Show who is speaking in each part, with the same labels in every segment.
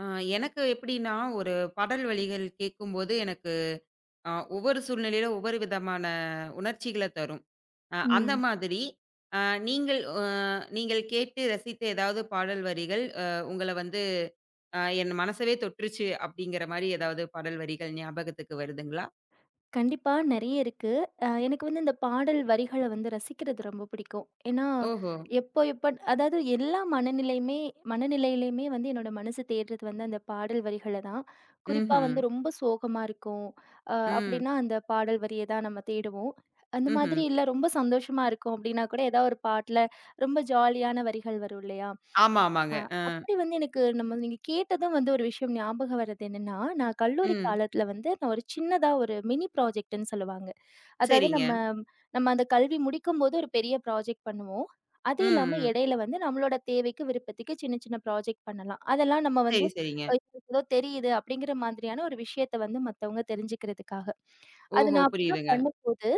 Speaker 1: ஆ, எனக்கு எப்படின்னா, ஒரு பாடல் வரிகள் கேட்கும்போது எனக்கு ஒவ்வொரு சூழ்நிலையில ஒவ்வொரு விதமான உணர்ச்சிகள தரும். அந்த
Speaker 2: ம்.
Speaker 1: மாதிரி அ நீங்கள் அ நீங்கள் கேட்டு ரசித்த ஏதாவது பாடல் வரிகள் உங்கள வந்து என் மனசவே தொட்டுருச்சு அப்படிங்கிற மாரி ஏதாவது பாடல் வரிகள் ஞாபகத்துக்கு வருதுங்களா?
Speaker 2: கண்டிப்பா நெறைய இருக்கு. எனக்கு வந்து இந்த பாடல் வரிகள வந்து ரசிக்கிறது ரொம்ப பிடிக்கும். ஏன்னா,
Speaker 1: ஓஹோ!
Speaker 2: எப்போ எப்ப அதாவது எல்லா மனநிலையிலயுமே வந்து என்னோட மனசு தேடுறது வந்து அந்த பாடல் வரிகள தான். குறிப்பா
Speaker 1: ம்ஹ்ம்.
Speaker 2: வந்து ரொம்ப சோகமா இருக்கும்.
Speaker 1: ம்.
Speaker 2: அப்படின்னா அந்த பாடல் வரிய தான் நம்ம தேடுவோம். அந்த மாதிரி
Speaker 1: ம்ஹ்ம்.
Speaker 2: இல்ல ரொம்ப சந்தோஷமா இருக்கும் அப்படின்னா கூட ஏதாவது ஒரு பாட்டுல ரொம்ப ஜாலியான வரிகள் வரும் இல்லையா?
Speaker 1: ஆமா, ஆமாங்க.
Speaker 2: ஆ, அப்படி வந்து எனக்கு நம்ம நீங்க கேட்டதும் வந்து ஒரு விஷயம் ஞாபகம் வர்றது என்னன்னா, நான் கல்லூரி
Speaker 1: ம்.
Speaker 2: காலத்துல வந்து நான் ஒரு சின்னதா ஒரு மினி ப்ராஜெக்ட்ன்னு சொல்லுவாங்க. அதாவது நம்ம
Speaker 1: சரிங்க.
Speaker 2: நம்ம அந்த கல்வி முடிக்கும்போது ஒரு பெரிய ப்ராஜெக்ட் பண்ணுவோம். அது
Speaker 1: ம்,
Speaker 2: இல்லாம
Speaker 1: ம்.
Speaker 2: இடையில வந்து நம்மளோட தேவைக்கு, விருப்பத்துக்கு சின்ன சின்ன ப்ராஜெக்ட் பண்ணலாம். அதெல்லாம் நம்ம வந்து
Speaker 1: சரி, சரிங்க.
Speaker 2: அ ஏதோ தெரியுது அப்படிங்கிற மாதிரியான ஒரு விஷயத்த வந்து மத்தவங்க தெரிஞ்சுக்கிறதுக்காக. அது
Speaker 1: ஓஹோ!
Speaker 2: நான் அப்படிதான்
Speaker 1: புரியுதுங்க.
Speaker 2: பண்ணும்போது,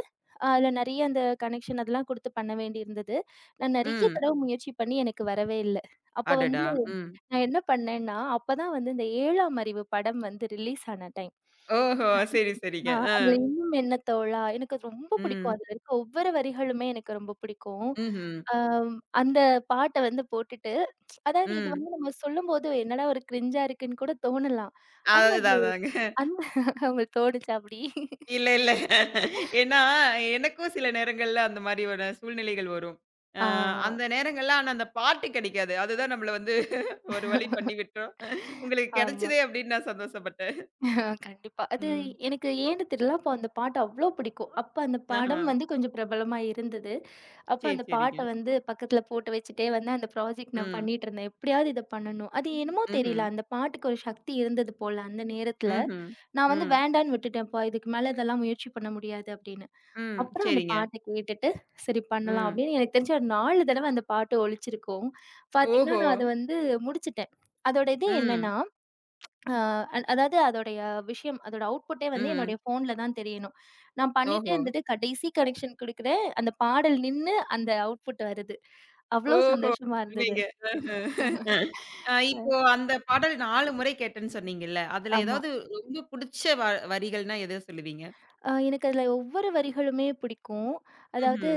Speaker 2: அதுல நெறைய அந்த கனெக்ஷன் அதெல்லாம் குடுத்து பண்ண வேண்டியிருந்தது. நான் நெறைய
Speaker 1: ம்.
Speaker 2: தடவ முயற்சி பண்ணி எனக்கு வரவே இல்ல. அப்ப வந்து
Speaker 1: அடடா! ம்.
Speaker 2: நான் என்ன பண்ணேன்னா, அப்பதான் வந்து இந்த 7ஆம் அறிவு படம் வந்து ரிலீஸ் ஆன டைம்.
Speaker 1: ஓஹோ! சரி, சரிங்க.
Speaker 2: ஆ அதுல இன்னும் என்ன தோழா எனக்கு அது ரொம்ப பிடிக்கும்.
Speaker 1: ம்.
Speaker 2: அதுல இருக்க ஒவ்வொரு வரிகளுமே எனக்கு ரொம்ப பிடிக்கும்.
Speaker 1: ம்ஹ்ம்.
Speaker 2: அம் அந்த பாட்ட வந்து போட்டுட்டு அதாவது இது
Speaker 1: ம்.
Speaker 2: வந்து நம்ம சொல்லும்போது என்னடா ஒரு கிரிஞ்சா இருக்குன்னு கூட தோணலாம். ஆனா
Speaker 1: அதுதான்
Speaker 2: அது
Speaker 1: அதாங்க.
Speaker 2: அந்த உங்களுக்கு தோணுச்சா அப்படி?
Speaker 1: இல்ல, இல்ல. ஏன்னா, எனக்கும் சில நேரங்கள்ல அந்த மாரியான சூழ்நிலைகள் வரும். அ
Speaker 2: ஆ.
Speaker 1: அந்த நேரங்கள்ல ஆனா அந்த பாட்டு கிடைக்காது. அதுதான் நம்மள வந்து ஒரு வழி பண்ணி விட்டுரும். உங்களுக்கு
Speaker 2: ஆமா.
Speaker 1: கிடைச்சதே அப்படின்னு நான் சந்தோஷப்பட்டேன்.
Speaker 2: ஆ கண்டிப்பா. அது
Speaker 1: ம்.
Speaker 2: எனக்கு ஏன்னு தெரியல. அப்போ அந்த பாட்டு அவ்ளோ பிடிக்கும். அப்ப அந்த
Speaker 1: ஆஹா.
Speaker 2: படம் வந்து கொஞ்சம் பிரபலமா இருந்தது. அப்ப
Speaker 1: சரி,
Speaker 2: அந்த பாட்ட
Speaker 1: சரிங்க.
Speaker 2: வந்து பக்கத்துல போட்டு வச்சுட்டே வந்து அந்த ப்ராஜெக்ட் நான்
Speaker 1: ம்.
Speaker 2: பண்ணிட்டு இருந்தேன். எப்படியாவது இத பண்ணணும். அது என்னமோ தெரியல.
Speaker 1: ம்ஹ்ம்.
Speaker 2: அந்த பாட்டுக்கு ஒரு சக்தி இருந்தது போல அந்த நேரத்துல.
Speaker 1: ம்ஹ்ம்.
Speaker 2: நான் வந்து
Speaker 1: ம்.
Speaker 2: வேண்டான்னு விட்டுட்டேன்ப்பா. இதுக்கு மேல இதெல்லாம் முயற்சி பண்ண முடியாது அப்படின்னு.
Speaker 1: ம்.
Speaker 2: அப்புறம் அந்த
Speaker 1: சரிங்க.
Speaker 2: பாட்ட கேட்டுட்டு, சரி பண்ணலாம்
Speaker 1: ம்.
Speaker 2: அப்படின்னு எனக்கு தெரிஞ்சு ஒரு 4 தடவ அந்த பாட்டு ஒலிச்சிருக்கும். பார்த்தீங்கன்னா,
Speaker 1: ஓஹோ!
Speaker 2: நான் அத வந்து முடிச்சுட்டேன். அதோட இது
Speaker 1: ம்.
Speaker 2: என்னன்னா ஆ அதாவது அதோடைய விஷயம், அதோட அவுட்புட்டே வந்து என்னுடைய
Speaker 1: ம்.
Speaker 2: ஃபோன்ல தான் தெரியணும். நான் பண்ணிட்டே
Speaker 1: ஓஹோ!
Speaker 2: இருந்துட்டு கடைசி கனெக்ஷன் குடுக்குறேன். அந்த பாடல் நின்னு அந்த அவுட்புட் வருது. அவ்ளோ
Speaker 1: ஓஹோ!
Speaker 2: சந்தோஷமா இருந்தது.
Speaker 1: அருமைங்க. ஆஹ. ஆ. இப்போ அந்த பாடல் 4 முறை கேட்டேன்னு சொன்னீங்கல்ல. அதுல
Speaker 2: ஆமா.
Speaker 1: ஏதாவது ரொம்ப புடிச்ச வரிகள்னா எத சொல்லுவீங்க?
Speaker 2: எனக்கு அதுல ஒவ்வொரு வரிகளுமே பிடிக்கும். அதாவது
Speaker 1: ம்ஹ்ம்.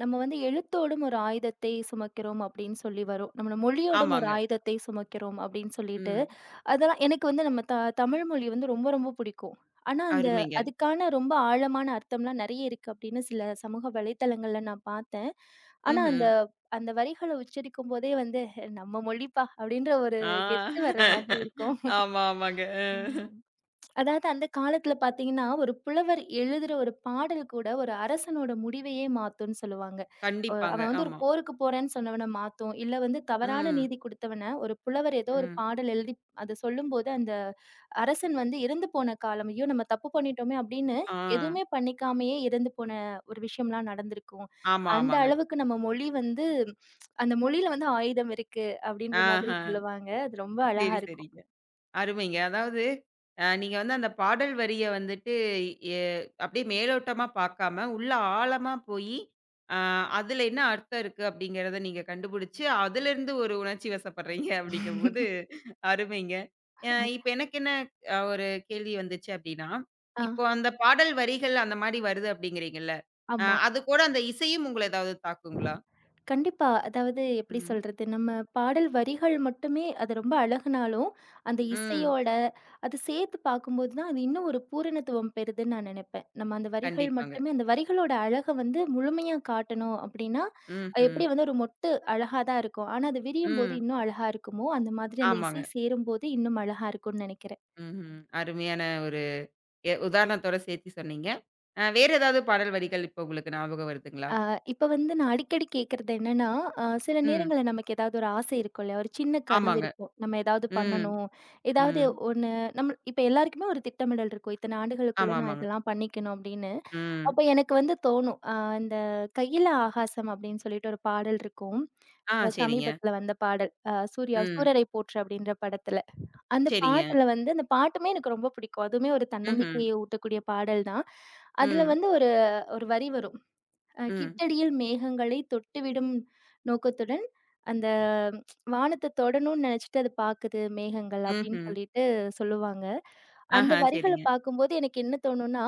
Speaker 2: நம்ம வந்து எழுத்தோடும் ஒரு ஆயுதத்தை சுமக்கிறோம் அப்படின்னு சொல்லி வரும். நம்மளோட மொழியோடும் ஒரு
Speaker 1: ஆமாங்க.
Speaker 2: ஆயுதத்தை சுமக்கிறோம் அப்படின்னு சொல்லிட்டு
Speaker 1: ம்.
Speaker 2: அதெல்லாம் எனக்கு வந்து நம்ம த தமிழ் மொழி வந்து ரொம்ப ரொம்ப பிடிக்கும். ஆனா, அந்த
Speaker 1: அருமைங்க.
Speaker 2: அதுக்கான ரொம்ப ஆழமான அர்த்தம்லாம் நெறைய இருக்கு அப்படின்னு சில சமூக வலைதளங்கள்ல நான் பார்த்தேன். ஆனா, அந்த
Speaker 1: ம்ஹ்ம்.
Speaker 2: அந்த வரிகள உச்சரிக்கும்போதே வந்து "ஹே, நம்ம மொழிப்பா அப்படின்ற ஒரு
Speaker 1: ஆ.
Speaker 2: கெத்து வர்ற மாதிரி இருக்கும்.
Speaker 1: ஆமா, ஆமாங்க.
Speaker 2: ம். அதாவது அந்த காலத்துல பார்த்தீங்கன்னா, ஒரு புலவர் எழுதுற ஒரு பாடல் கூட ஒரு அரசனோட முடிவையே மாத்தும்ன்னு சொல்லுவாங்க.
Speaker 1: கண்டிப்பாங்க.
Speaker 2: அவன் வந்து ஒரு
Speaker 1: ஆமா.
Speaker 2: போருக்கு போறேன்னு சொன்னவன மாத்தும். இல்ல வந்து தவறான
Speaker 1: ம்.
Speaker 2: நீதி குடுத்தவன ஒரு புலவர் ஏதோ ஒரு
Speaker 1: ம்.
Speaker 2: பாடல் எழுதி அத சொல்லும்போது அந்த அரசன் வந்து இறந்து போன காலம், "ஐயோ! நம்ம தப்பு பண்ணிட்டோமே!" அப்படின்னு
Speaker 1: ஆ.
Speaker 2: எதுவுமே பண்ணிக்காமயே இறந்து போன ஒரு விஷயம்லாம் நடந்திருக்கும்.
Speaker 1: ஆமா,
Speaker 2: அந்த
Speaker 1: ஆமாங்க.
Speaker 2: அளவுக்கு நம்ம மொழி வந்து அந்த மொழியில வந்து ஆயுதம் இருக்கு, அப்படின்ற
Speaker 1: ஆஹ.
Speaker 2: மாதிரி சொல்லுவாங்க. அது ரொம்ப அழகா
Speaker 1: சரி,
Speaker 2: இருக்கும்.
Speaker 1: சரிங்க. அருமைங்க. அதாவது நீங்க வந்து அந்த பாடல் வரிய வந்துட்டு எ அப்படியே மேலோட்டமா பார்க்காம, உள்ள ஆழமா போயி, அ அதில என்ன அர்த்தம் இருக்கு அப்படிங்கிறத நீங்க கண்டுபிடிச்சு, அதிலிருந்து ஒரு உணர்ச்சி வசப்படுறீங்க அப்படிங்கும்போது அருமைங்க. இப்ப எனக்கு என்ன ஒரு கேள்வி வந்துச்சு அப்படின்னா,
Speaker 2: ஆ,
Speaker 1: இப்போ அந்த பாடல் வரிகள் அந்த மாரி வருது அப்படிங்கிறீங்கல்ல,
Speaker 2: ஆமா.
Speaker 1: அது கூட அந்த இசையும் உங்கள ஏதாவது தாக்குங்களா?
Speaker 2: கண்டிப்பா. அதாவது எப்படி
Speaker 1: ம்.
Speaker 2: சொல்றது? நம்ம பாடல் வரிகள் மட்டுமே அது ரொம்ப அழகுனாலும், அந்த
Speaker 1: ம்.
Speaker 2: இசையோட அது சேர்த்து பார்க்கும்போது தான், அது இன்னும் ஒரு பூரணத்துவம் பெறுதுன்னு நான் நெனைப்பேன். நம்ம அந்த வரிகள்
Speaker 1: கண்டிப்பாங்க.
Speaker 2: மட்டுமே அந்த வரிகளோட அழக வந்து முழுமையா காட்டணும் அப்டின்னா,
Speaker 1: ம்ஹ்ம். ம்.
Speaker 2: எப்படி வந்து ஒரு மொட்டு அழகா தான் இருக்கும். ஆனா, அது விரியும்போது
Speaker 1: ம்
Speaker 2: இன்னும் அழகா இருக்குமோ, அந்த மாதிரி அந்த இசை
Speaker 1: ஆமாங்க.
Speaker 2: சேரும்போது இன்னும் அழகா இருக்கும்னு நெனைக்கிறேன்.
Speaker 1: ம்ஹ்ம். அருமையான ஒரு உதாரணத்தோட சேர்த்து சொன்னீங்க. வேற ஏதாவது பாடல் வரிகள் இப்ப உங்களுக்கு ஞாபகம் வருதுங்களா?
Speaker 2: ஆ, இப்ப வந்து நான் அடிக்கடி கேட்கறது என்னன்னா, சில
Speaker 1: ம்.
Speaker 2: நேரங்கள்ல நமக்கு ஏதாவது ஒரு ஆசை இருக்கும் இல்லையா? ஒரு சின்ன கனவு
Speaker 1: ஆமாங்க.
Speaker 2: இருக்கும். நம்ம ஏதாவது
Speaker 1: ம்.
Speaker 2: பண்ணணும். ஏதாவது
Speaker 1: ம்.
Speaker 2: ஒண்ணு நம்ம இப்ப எல்லாருக்குமே ஒரு திட்டமிடல் இருக்கும். இத்தனை ஆண்டுகளுக்குள்ள
Speaker 1: ஆமா,
Speaker 2: நான்
Speaker 1: ஆமாங்க.
Speaker 2: இதெல்லாம் பண்ணிக்கணும் அப்படின்னு.
Speaker 1: ம்.
Speaker 2: அப்ப எனக்கு வந்து தோணும். இந்த "கையில ஆகாசம்" அப்படின்னு சொல்லிட்டு ஒரு பாடல் இருக்கும்.
Speaker 1: ஆ சரிங்க.
Speaker 2: சமீபத்துல வந்த பாடல். சூர்யா
Speaker 1: ம்.
Speaker 2: "சூரரை போற்று" அப்படின்ற படத்துல. அந்த
Speaker 1: சரிங்க.
Speaker 2: பாட்டுல வந்து அந்த பாட்டுமே எனக்கு ரொம்ப பிடிக்கும். அதுவுமே ஒரு
Speaker 1: ம்ஹ்ம்.
Speaker 2: தன்னம்பிக்கையை ஊட்டக்கூடிய பாடல் தான். அதுல
Speaker 1: ம்.
Speaker 2: வந்து ஒரு ஒரு வரி வரும்.
Speaker 1: ம்.
Speaker 2: கிட்டடியில் மேகங்களை தொட்டுவிடும் நோக்கத்துடன், அந்த வானத்த தொடணும்னு நெனச்சுட்டு அது பாக்குது மேகங்கள் அப்படின்னு
Speaker 1: ம்ஹ்ம்.
Speaker 2: சொல்லிட்டு சொல்லுவாங்க. அந்த
Speaker 1: ஆஹா
Speaker 2: வரிகள
Speaker 1: சரிங்க.
Speaker 2: பாக்கும்போது எனக்கு என்ன தோணும்னா,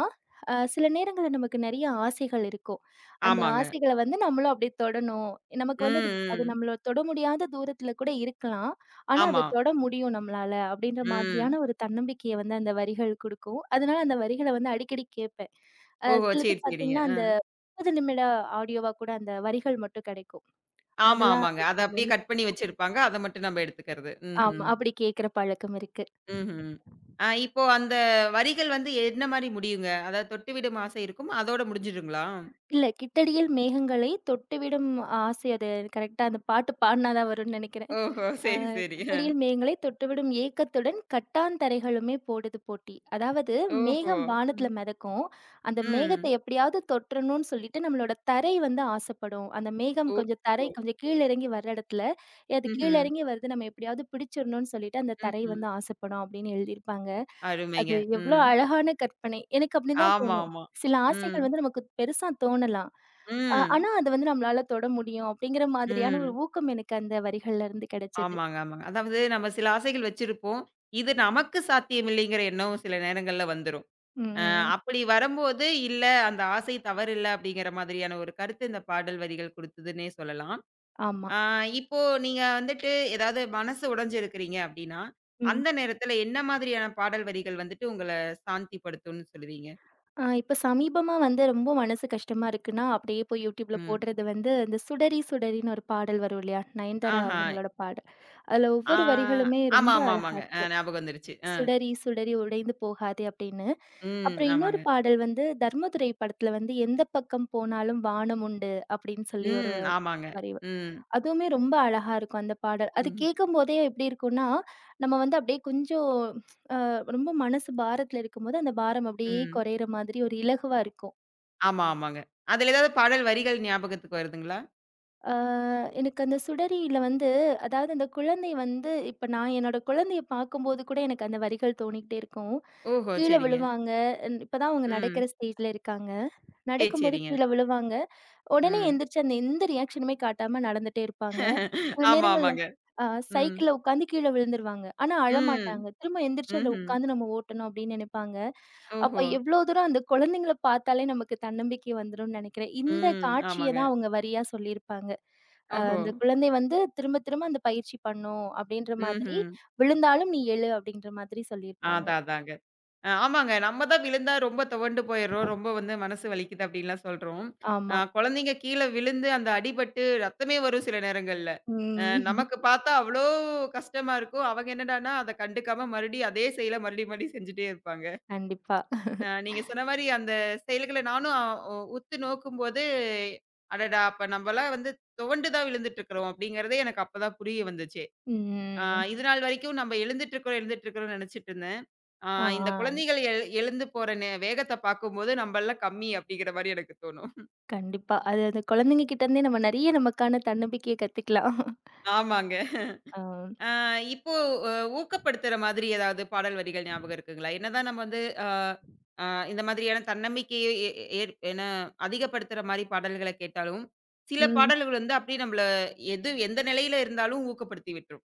Speaker 2: சில நேரங்கள்ல நமக்கு நெறைய ஆசைகள் இருக்கும். அந்த
Speaker 1: ஆமாங்க.
Speaker 2: ஆசைகள வந்து நம்மளும் அப்படியே தொடணும். நமக்கு வந்து அது அது
Speaker 1: ம், ம்.
Speaker 2: நம்மள தொட முடியாத தூரத்துல கூட இருக்கலாம். ஆனா
Speaker 1: ஆமா.
Speaker 2: அத தொட முடியும் நம்மளால அப்படின்ற
Speaker 1: ம்.
Speaker 2: மாதிரியான ஒரு தன்னம்பிக்கைய வந்து அந்த வரிகள் குடுக்கும். அதனால அந்த வரிகள வந்து அடிக்கடி கேட்பேன்.
Speaker 1: ஓஹோ!
Speaker 2: சிலது
Speaker 1: சரி, சரிங்க.
Speaker 2: பாத்தீங்கன்னா அந்த 30 நிமிட ஆடியோவா கூட அந்த வரிகள் மட்டும் கிடைக்கும்.
Speaker 1: ஆமா,
Speaker 2: அதெல்லாம்
Speaker 1: ஆமாங்க. அத
Speaker 2: கேட்கறது
Speaker 1: அப்படியே
Speaker 2: வந்து
Speaker 1: கட் பண்ணி வச்சிருப்பாங்க. அத மட்டும் நம்ம எடுத்துக்கிறது.
Speaker 2: ஆமா.
Speaker 1: ம்ஹ்ம்.
Speaker 2: அப்படி கேட்கிற பழக்கம் இருக்கு.
Speaker 1: ம்ஹ்ம். இப்போ அந்த வரிகள் வந்து என்ன மாரி முடியுங்க? அதாவது தொட்டுவிடும் ஆசை இருக்கும். அதோட முடிஞ்சுடுங்களா?
Speaker 2: இல்ல கிட்டடியில் மேகங்களை தொட்டுவிடும் ஆசை அது கரெக்ட்டா அந்த பாட்டு பாடுனா தான் வரும்னு நெனைக்கிறேன்.
Speaker 1: ஓஹோ!
Speaker 2: அ
Speaker 1: சரி, சரி.
Speaker 2: "குப்படியில் மேகங்களை தொட்டுவிடும் ஏக்கத்துடன் கட்டாந்தரைகளுமே போடுது போட்டி." அதாவது
Speaker 1: ஓஹோ!
Speaker 2: மேகம் வானத்துல
Speaker 1: ம்.
Speaker 2: மிதக்கும். அந்த மேகத்த
Speaker 1: ம்.
Speaker 2: எப்படியாவது தொட்றணும்னு சொல்லிட்டு நம்மளோட தரை வந்து ஆசைப்படும். அந்த மேகம் கொஞ்சம் தரை
Speaker 1: ஓஹோ!
Speaker 2: கொஞ்சம் கீழ இறங்கி வர இடத்துல, "ஏய், அது கீழ
Speaker 1: ம்ஹ்ம்.
Speaker 2: இறங்கி வருது நம்ம எப்படியாவது பிடிச்சிடணும்னு சொல்லிட்டு அந்த தரை
Speaker 1: ம்ஹ்ம்.
Speaker 2: வந்து ஆசைப்படும் அப்படின்னு எழுதியிருப்பாங்க. அது
Speaker 1: அருமைங்க.
Speaker 2: எவ்வளோ
Speaker 1: ம்.
Speaker 2: அழகான கற்பனை. எனக்கு அப்படிதான்
Speaker 1: ஆமா,
Speaker 2: தோணும்.
Speaker 1: ஆமா.
Speaker 2: சில
Speaker 1: ம்.
Speaker 2: ஆசைகள் வந்து நமக்கு பெருசா தோணலாம்.
Speaker 1: ம்.
Speaker 2: ஆனா, அத வந்து நம்மளால தொட முடியும் அப்படிங்கிற மாதிரியான ஒரு
Speaker 1: ம்.
Speaker 2: ஊக்கம் எனக்கு அந்த வரிகள்ல இருந்து கிடைச்சது.
Speaker 1: ஆமாங்க, ஆமாங்க. அதாவது நம்ம சில ஆசைகள் வச்சிருப்போம். இது நமக்கு சாத்தியமில்லைங்கிற எண்ணம் சில நேரங்கள்ல வந்துரும்.
Speaker 2: ம்,
Speaker 1: அ
Speaker 2: ம்.
Speaker 1: அப்படி வரும்போது, இல்ல அந்த ஆசை தவறில்ல அப்படிங்கிற மாதிரியான ஒரு கருத்து இந்த பாடல் வரிகள் குடுத்ததுன்னே சொல்லலாம்.
Speaker 2: ஆமா.
Speaker 1: ஆ, இப்போ நீங்க வந்துட்டு ஏதாவது மனசு உடைஞ்சிருக்கிறீங்க அப்படின்னா,
Speaker 2: ம்.
Speaker 1: அந்த நேரத்துல என்ன மாதிரியான பாடல் வரிகள் வந்துட்டு உங்கள சாந்திப்படுத்தும்னு சொல்லுவீங்க?
Speaker 2: இப்ப சமீபமா வந்து ரொம்ப மனசு கஷ்டமா இருக்குன்னா, அப்படியே போய் YouTubeல
Speaker 1: ம்.
Speaker 2: போடுறது வந்து, இந்த "சுடரி சுடரின்னு" ஒரு பாடல் வரும் இல்லையா? நயன்தாரா
Speaker 1: ஆஹா.
Speaker 2: அவங்களோட பாடல். அதுல
Speaker 1: ஆ
Speaker 2: ஒவ்வொரு வரிகளுமே
Speaker 1: ஆமா,
Speaker 2: ரொம்ப
Speaker 1: ஆமா,
Speaker 2: அழகா
Speaker 1: ஆமாங்க.
Speaker 2: இருக்கும்.
Speaker 1: ஞாபகம் வந்துருச்சு.
Speaker 2: "சுடரி சுடரி உடைந்து போகாதே" அப்படின்னு.
Speaker 1: ம்.
Speaker 2: அப்புறம் இன்னொரு
Speaker 1: ஆமாங்க.
Speaker 2: பாடல் வந்து தர்மதுரை படத்துல வந்து, "எந்த பக்கம் போனாலும் வானம் உண்டு" அப்படின்னு சொல்லி ஒரு
Speaker 1: ம். ஆமாங்க.
Speaker 2: வரி
Speaker 1: ம்.
Speaker 2: அதுவுமே ரொம்ப அழகா இருக்கும் அந்த பாடல். அது
Speaker 1: ம்.
Speaker 2: கேட்கும்போதே எப்படி இருக்கும்னா, நம்ம வந்து அப்படியே கொஞ்சம் ரொம்ப மனசு பாரத்துல இருக்கும்போது, அந்த பாரம் அப்படியே
Speaker 1: ம்.
Speaker 2: குறையிற மாதிரி ஒரு இலகுவா இருக்கும்.
Speaker 1: ஆமா, ஆமாங்க. அதுல ஏதாவது பாடல் வரிகள் ஞாபகத்துக்கு வருதுங்களா?
Speaker 2: ஆ எனக்கு அந்த சுடரியில வந்து அதாவது அந்த குழந்தை வந்து இப்ப நான் என்னோட குழந்தைய பார்க்கும்போது கூட எனக்கு அந்த வரிகள் தோணிக்கிட்டே இருக்கும்.
Speaker 1: ஓஹோ!
Speaker 2: கீழ
Speaker 1: சரிங்க.
Speaker 2: விழுவாங்க. இப்ப தான் அவங்க நடக்கிற
Speaker 1: ம்.
Speaker 2: ஸ்டேஜ்ல இருக்காங்க.
Speaker 1: சரி,
Speaker 2: நடக்கும்போது
Speaker 1: சரிங்க.
Speaker 2: கீழ விழுவாங்க. உடனே
Speaker 1: ம்.
Speaker 2: எந்திரிச்சு அந்த எந்த ரியாக்ஷனுமே காட்டாம நடந்துட்டே இருப்பாங்க. சில
Speaker 1: ஆமா,
Speaker 2: நேரங்கள்ல
Speaker 1: ஆமாங்க.
Speaker 2: அ
Speaker 1: ம்.
Speaker 2: சைக்கிள்ல உட்காந்து கீழ விழுந்துருவாங்க. ஆனா
Speaker 1: ம்.
Speaker 2: அழமாட்டாங்க. திரும்ப எந்திரிச்சு அதுல
Speaker 1: ம்ஹ்ம்.
Speaker 2: உட்காந்து நம்ம ஓட்டணும் அப்படின்னு நினைப்பாங்க. அப்ப
Speaker 1: ஓஹோ!
Speaker 2: எவ்ளோ தூரம் அந்த குழந்தைங்கள பார்த்தாலே நமக்கு தன்னம்பிக்கை வந்துரும்னு நினைக்கிறேன். இந்த
Speaker 1: ம்.
Speaker 2: காட்சிய
Speaker 1: ஆமாங்க.
Speaker 2: தான் அவங்க வரியா சொல்லியிருப்பாங்க.
Speaker 1: ஓஹோ!
Speaker 2: அந்த குழந்தை வந்து திரும்ப திரும்ப அந்த பயிற்சி பண்ணும் அப்படின்ற மாதிரி,
Speaker 1: ம்ஹ்ம்.
Speaker 2: "விழுந்தாலும் நீ எழு" அப்படின்ற மாதிரி சொல்லியிருப்பாங்க.
Speaker 1: அதான் அதாங்க. ஆமாங்க. நம்ம தான் விழுந்தா ரொம்ப துவண்டு போயிர்றோம். ரொம்ப வந்து மனசு வலிக்குது அப்படின்லாம் சொல்றோம்.
Speaker 2: ஆமா.
Speaker 1: குழந்தைங்க கீழ விழுந்து அந்த அடிபட்டு ரத்தமே வரும் சில நேரங்கள்ல.
Speaker 2: ம்.
Speaker 1: நமக்கு பார்த்தா அவ்ளோ கஷ்டமா இருக்கும். அவங்க என்னடான்னா அத கண்டுக்காம மறுபடியும் அதே செயல மறுபடியும் மறுபடியும் செஞ்சுட்டே இருப்பாங்க.
Speaker 2: கண்டிப்பா.
Speaker 1: நீங்க சொன்ன மாரி அந்த செயல்கள நானும் அ- உ உத்து நோக்கும்போது, அடடா! அப்ப நம்பலாம் வந்து துவண்டு தான் விழுந்துட்டுருக்குறோம் அப்படிங்கிறதே எனக்கு அப்பதான் புரிய வந்துச்சே. ஆ
Speaker 2: ம்.
Speaker 1: இது நாள் வரைக்கும் நம்ம எழுந்துட்டு இருக்கிறோம் எழுந்துட்டு இருக்கிறோம்னு நினைச்சிட்டு இருந்தேன். ஆ
Speaker 2: ஆ,
Speaker 1: இந்த
Speaker 2: ஆ.
Speaker 1: குழந்தைகள் எழுந்து போற வேகத்த பார்க்கும்போது நம்மல்லாம் கம்மி அப்படிங்கிற மாரி எனக்கு தோணும்.
Speaker 2: கண்டிப்பா. அது அந்த குழந்தைங்க கிட்ட இருந்தே நம்ம நெறைய நமக்கான தன்னம்பிக்கைய கத்துக்கலாம்.
Speaker 1: ஆமாங்க.
Speaker 2: ஆ.
Speaker 1: ஆ இப்போ அ ஊக்கப்படுத்துற மாதிரி ஏதாவது பாடல் வரிகள் ஞாபகம் இருக்குங்களா? என்னதான் நம்ம வந்து ஆ ஆ இந்த மாதிரியான தன்னம்பிக்கையை எ ஏற் என அதிகப்படுத்துற மாரி பாடல்கள கேட்டாலும், சில
Speaker 2: ம்.
Speaker 1: பாடல்கள் வந்து அப்படியே நம்மள எது எந்த நிலையில இருந்தாலும் ஊக்கப்படுத்தி விட்டுரும்.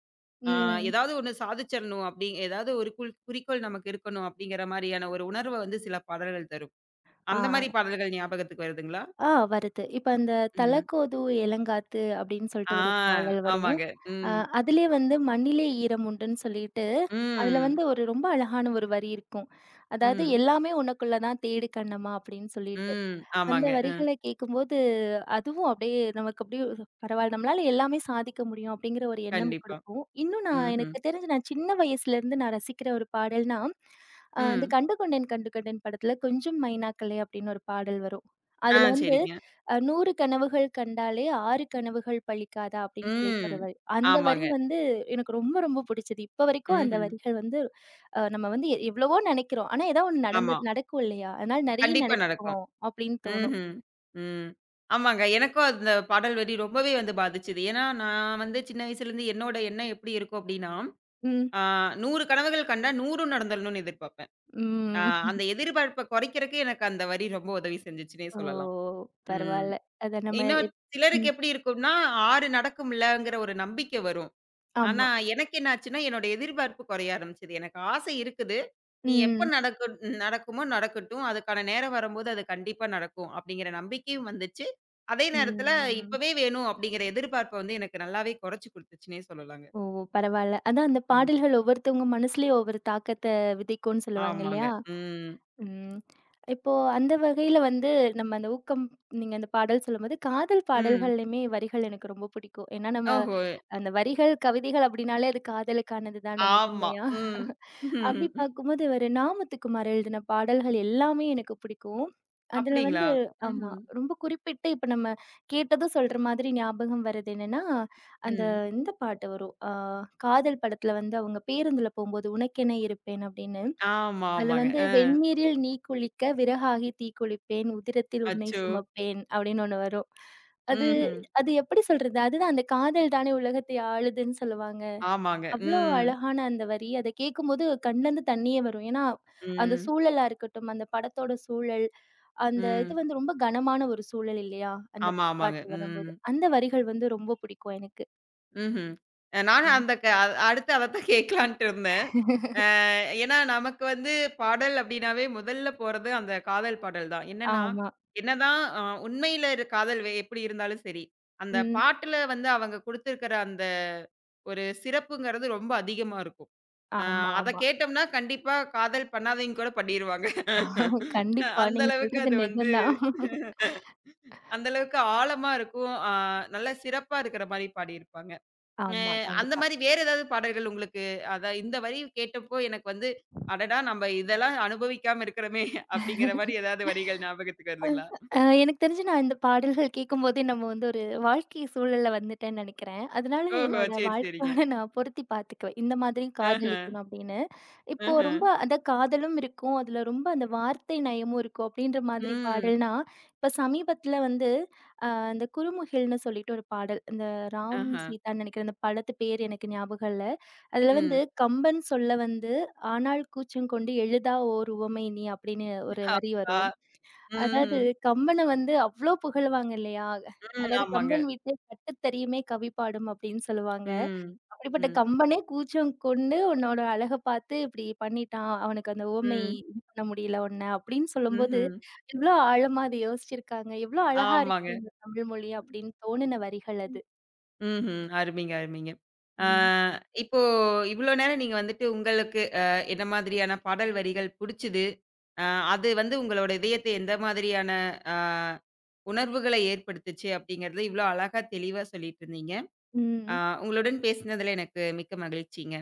Speaker 1: ஆ
Speaker 2: ம்.
Speaker 1: ஏதாவது ஒண்ணு சாதிச்சிரணும் அப்படி ஏதாவது ஒரு குறிக்கோள் நமக்கு இருக்கணும் அப்படிங்கிற மாரியான ஒரு உணர்வ வந்து சில பாடல்கள் தரும்.
Speaker 2: ஆ,
Speaker 1: அந்த மாரி பாடல்கள் ஞாபகத்துக்கு வருதுங்களா?
Speaker 2: ஆ வருது. இப்ப அந்த
Speaker 1: ம்.
Speaker 2: "தலக்கோது இளங்காத்து" அப்படின்னு சொல்லிட்டு
Speaker 1: ஆ
Speaker 2: ஒரு பாடல் வரும்.
Speaker 1: ஆமாங்க.
Speaker 2: அ
Speaker 1: ம்.
Speaker 2: அதிலயே வந்து "மண்ணிலே ஈரம் உண்டுன்னு" சொல்லிட்டு, அதுல
Speaker 1: ம்.
Speaker 2: வந்து ஒரு ரொம்ப அழகான ஒரு வரி இருக்கும். அதாவது
Speaker 1: ம்.
Speaker 2: "எல்லாமே உனக்குள்ள தான் தேடு கண்ணம்மா" அப்படின்னு சொல்லிட்டு.
Speaker 1: ம்.
Speaker 2: அந்த
Speaker 1: ஆமாங்க.
Speaker 2: வரிகள கேட்கும்போது, அதுவும் அப்படியே நமக்கு அப்படியே பரவால்ல. நம்மளால எல்லாமே சாதிக்க முடியும் அப்படிங்கிற ஒரு எண்ணம்
Speaker 1: கண்டிப்பா.
Speaker 2: கொடுக்கும். இன்னும் நான்
Speaker 1: ம்ஹ்ம். ம்.
Speaker 2: எனக்கு தெரிஞ்சு நான் சின்ன வயசுலேருந்து நான் ரசிக்கிற ஒரு பாடல்னா, இந்த
Speaker 1: ம்
Speaker 2: "கண்டுகொண்டேன் கண்டுகொண்டேன்" படத்துல "கொஞ்சும் மைனாக்களே" அப்படின்னு ஒரு பாடல் வரும்.
Speaker 1: ஆ
Speaker 2: அதுல வந்து
Speaker 1: சரிங்க.
Speaker 2: "100 கனவுகள் கண்டாலே 6 கனவுகள் பலிக்காதா" அப்படின்னு சொல்லிட்டு
Speaker 1: ம்.
Speaker 2: ஒரு வரி. அந்த வரி
Speaker 1: ஆமாங்க.
Speaker 2: வந்து எனக்கு ரொம்ப ரொம்ப புடிச்சது. இப்ப வரைக்கும் அந்த
Speaker 1: ம்ஹ்ம்.
Speaker 2: வரிகள் வந்து நம்ம வந்து எவ்வளவோ நெனைக்கிறோம். ஆனா ஏதாவது ஒண்ணு
Speaker 1: ஆமா.
Speaker 2: நடந்தது நடக்கும் இல்லையா? அதனால நெறைய
Speaker 1: கண்டிப்பா நடக்கும்.
Speaker 2: நெனைச்சுக்குவோம் அப்படின்னு தோணும்.
Speaker 1: ம்ஹ்ம். ம். ம் ஆமாங்க. எனக்கும் அந்த பாடல் வரி ரொம்பவே வந்து பாதிச்சது. ஏன்னா நான் வந்து சின்ன வயசுலேருந்து என்னோட எண்ணம் எப்படி இருக்கும் அப்படின்னா
Speaker 2: ம்.
Speaker 1: ஆ 100 கனவுகள் கண்டா 100ம் நடந்துடணும்னு எதிர்பார்ப்பேன். ஆ
Speaker 2: ம்.
Speaker 1: அந்த எதிர்பார்ப்ப குறைக்கிறக்கு எனக்கு அந்த வரி ரொம்ப உதவி செஞ்சுச்சுன்னே
Speaker 2: ஓ!
Speaker 1: சொல்லலாம். ம்.
Speaker 2: பரவால்ல. அத நம்ம
Speaker 1: இன்னும்
Speaker 2: எப்
Speaker 1: சிலருக்கு
Speaker 2: ம்.
Speaker 1: எப்படி இருக்கும்னா, 6 நடக்கும்லங்கிற ஒரு நம்பிக்கை வரும்.
Speaker 2: ஆமா.
Speaker 1: ஆனா எனக்கு என்ன ஆச்சுன்னா, என்னோட எதிர்பார்ப்பு குறைய ஆரம்பிச்சது. எனக்கு ஆசை இருக்குது. நீ எப்ப
Speaker 2: ம்.
Speaker 1: நடக்கு நடக்குமோ நடக்கட்டும். அதுக்கான நேரம் வரும்போது அது கண்டிப்பா நடக்கும் அப்படிங்கிற நம்பிக்கையும் வந்துச்சு. அதே நேரத்துல
Speaker 2: ம்.
Speaker 1: இப்பவே வேணும் அப்படிங்கிற எதிர்பார்ப்ப வந்து எனக்கு நல்லாவே குறைச்சு குடுத்துச்சுன்னே சொல்லலாங்க.
Speaker 2: ஓ! பரவால்ல. அதான் அந்த
Speaker 1: ம்.
Speaker 2: பாடல்கள் ஒவ்வொருத்தவங்க மனசுலயும் ஒவ்வொரு தாக்கத்த விதைக்கும்னு சொல்லுவாங்க
Speaker 1: ஆமாங்க.
Speaker 2: இல்லையா?
Speaker 1: ம்.
Speaker 2: ம். இப்போ அந்த வகையில வந்து நம்ம அந்த ஊக்கம் நீங்க அந்த பாடல் சொல்லும்போது, காதல்
Speaker 1: ம்.
Speaker 2: பாடல்கள்லயுமே வரிகள் எனக்கு ரொம்ப பிடிக்கும். ஏன்னா நம்ம
Speaker 1: ஓஹோ!
Speaker 2: அந்த வரிகள், கவிதைகள் அப்படின்னாலே அது காதலுக்கானது தான
Speaker 1: ஆமா.
Speaker 2: முதன்மையா.
Speaker 1: ம்.
Speaker 2: அப்படி பார்க்கும்போது, இவரு நாமத்துக்குமார் எழுதின பாடல்கள் எல்லாமே எனக்கு பிடிக்கும். அதுல
Speaker 1: அப்படிங்களா?
Speaker 2: வந்து ஆமா.
Speaker 1: ம்ஹ்ம்.
Speaker 2: ரொம்ப குறிப்பிட்டு இப்ப நம்ம கேட்டதும் சொல்ற மாதிரி ஞாபகம் வர்றது என்னன்னா, அந்த
Speaker 1: ம்.
Speaker 2: இந்த பாட்டு வரும். ஆ காதல் படத்துல வந்து அவங்க பேருந்துல போம்போது, "உனக்கென இருப்பேன்" அப்படின்னு.
Speaker 1: ஆமா,
Speaker 2: அதுல
Speaker 1: ஆமாங்க.
Speaker 2: வந்து "வெந்நீரில் நீ குளிக்க விறகாகி தீக்குளிப்பேன், உதிரத்தில் உன்னை
Speaker 1: அச்சோ!
Speaker 2: சுமப்பேன்" அப்படின்னு ஒண்ணு வரும். அது
Speaker 1: ம்ஹ்ம்.
Speaker 2: அது எப்படி சொல்றது? அதுதான் அந்த காதல் தானே உலகத்தை ஆளுதுன்னு சொல்லுவாங்க.
Speaker 1: ஆமாங்க.
Speaker 2: அவ்ளோ
Speaker 1: ம்.
Speaker 2: அழகான அந்த வரி. அத கேட்கும்போது கண்லருந்து தண்ணீயே வரும். ஏன்னா, அந்த
Speaker 1: ம்.
Speaker 2: சூழலா இருக்கட்டும், அந்த படத்தோட சூழல், அந்த இது
Speaker 1: ம்.
Speaker 2: வந்து ரொம்ப கனமான ஒரு சூழல் இல்லையா? அந்த
Speaker 1: ஆமா, ஆமாங்க.
Speaker 2: பாட்டு
Speaker 1: ம்.
Speaker 2: வரும்போது. அந்த வரிகள் வந்து ரொம்ப பிடிக்கும் எனக்கு.
Speaker 1: ம்ஹ்ம். அ நானும்
Speaker 2: ம்.
Speaker 1: அந்த க அ அடுத்து அதத்தான் கேட்கலான்ட்டு இருந்தேன். அ ஏன்னா, நமக்கு வந்து பாடல் அப்படின்னாவே முதல்ல போறது அந்த காதல் பாடல் தான். என்னன்னா,
Speaker 2: ஆமா.
Speaker 1: என்னதான் உண்மையில இரு காதல் எப்படி இருந்தாலும் சரி, அந்த
Speaker 2: ம்.
Speaker 1: பாட்டுல வந்து அவங்க குடுத்திருக்கிற அந்த ஒரு சிறப்புங்கிறது ரொம்ப அதிகமா இருக்கும். ஆ
Speaker 2: ஆமா,
Speaker 1: அத
Speaker 2: ஆமா.
Speaker 1: கேட்டோம்னா, கண்டிப்பா காதல் பண்ணாதவங்க கூட பண்ணிருவாங்க.
Speaker 2: கண்டிப்பா.
Speaker 1: அந்த
Speaker 2: நீங்க
Speaker 1: அளவுக்கு
Speaker 2: சொல்றது
Speaker 1: அது வந்து
Speaker 2: நிஜம்தான்.
Speaker 1: அந்த அளவுக்கு ஆழமா இருக்கும். ஆ நல்ல சிறப்பா இருக்கிற மாரி பாடியிருப்பாங்க. அ
Speaker 2: ஆமா,
Speaker 1: அந்த
Speaker 2: கண்டிப்பா.
Speaker 1: மாரி வேற ஏதாவது பாடல்கள் உங்களுக்கு அதான் இந்த வரி கேட்டப்போ எனக்கு வந்து, "அடடா! நம்ம இதெல்லாம் அனுபவிக்காம இருக்கிறோமே!" அப்படிங்கிற மாரி ஏதாவது வரிகள் ஞாபகத்துக்கு வருதுங்களா?
Speaker 2: எனக்கு தெரிஞ்சு நான் இந்த பாடல்கள் கேட்கும்போதே நம்ம வந்து ஒரு வாழ்க்கை சூழல்ல வந்துட்டேன்னு நெனைக்கிறேன். அதனால
Speaker 1: ஓஹோ!
Speaker 2: என்னோட
Speaker 1: சரி, சரிங்க.
Speaker 2: வாழ்க்கையோட நான் பொருத்தி பார்த்துக்குவேன். இந்த மாதிரி
Speaker 1: ஆஹ,
Speaker 2: காதலிக்கணும் அப்படின்னு. இப்போ
Speaker 1: ஆஹ.
Speaker 2: ரொம்ப அந்த காதலும் இருக்கும். அதுல ரொம்ப அந்த வார்த்தை நயமும் இருக்கும். அப்படின்ற மாதிரி
Speaker 1: ம்.
Speaker 2: பாடல்னா, இப்ப சமீபத்தில வந்து அந்த குறுமுகில்னு சொல்லிட்டு ஒரு பாடல். இந்த ராம்
Speaker 1: ஆஹ.
Speaker 2: சீதான்னு நெனைக்கிறேன். அந்த படத்து பேர் எனக்கு ஞாபகம் இல்ல. அதுல வந்து
Speaker 1: ம்.
Speaker 2: "கம்பன் சொல்ல வந்து ஆனால் கூச்சம் கொண்டு எழுதா ஓர் உவமை நீ" அப்படின்னு ஒரு வரி
Speaker 1: ஆஹா!
Speaker 2: வரும். அதாவது
Speaker 1: ம்ஹ்ம்.
Speaker 2: கம்பன வந்து அவ்ளோ புகழுவாங்க இல்லையா?
Speaker 1: ம்.
Speaker 2: அதாவது
Speaker 1: ஆமாங்க.
Speaker 2: "கம்பன் வீட்டு கட்டுத்தறியுமே கவி பாடும்" அப்படின்னு சொல்லுவாங்க.
Speaker 1: ம்.
Speaker 2: அப்படிப்பட்ட
Speaker 1: ம்.
Speaker 2: கம்பனே கூச்சம் கொண்டு உன்னோட அழக பார்த்து இப்படி பண்ணிட்டான். அவனுக்கு அந்த உவமை
Speaker 1: ம்.
Speaker 2: இது பண்ண முடியல உன்ன அப்படின்னு சொல்லும்போது,
Speaker 1: ம்ஹ்ம்.
Speaker 2: எவ்வளோ ஆழமா அதை யோசிச்சிருக்காங்க. எவ்வளோ அழகா
Speaker 1: ஆமாங்க.
Speaker 2: இருக்கு இந்த தமிழ் மொழி அப்படின்னு தோணுன வரிகள் அது.
Speaker 1: ம்ஹ்ம். அருமைங்க, அருமைங்க. ஆ
Speaker 2: ம்.
Speaker 1: இப்போ இவ்ளோ நேரம் நீங்க வந்துட்டு உங்களுக்கு என்ன மாதிரியான பாடல் வரிகள் புடிச்சது? அ அது வந்து உங்களோட இதயத்தை எந்த மாதிரியான அ உணர்வுகள ஏற்படுத்துச்சு அப்படிங்கிறத இவ்ளோ அழகா தெளிவா சொல்லிட்டு இருந்தீங்க. ஆ
Speaker 2: ம்.
Speaker 1: உங்களுடன் பேசினதுல எனக்கு மிக்க மகிழ்ச்சிங்க.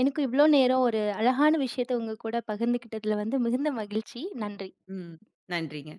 Speaker 2: எனக்கும் இவ்வளோ நேரம் ஒரு அழகான விஷயத்த உங்க கூட பகிர்ந்துக்கிட்டதுல வந்து மிகுந்த மகிழ்ச்சி. நன்றி.
Speaker 1: ம். நன்றிங்க.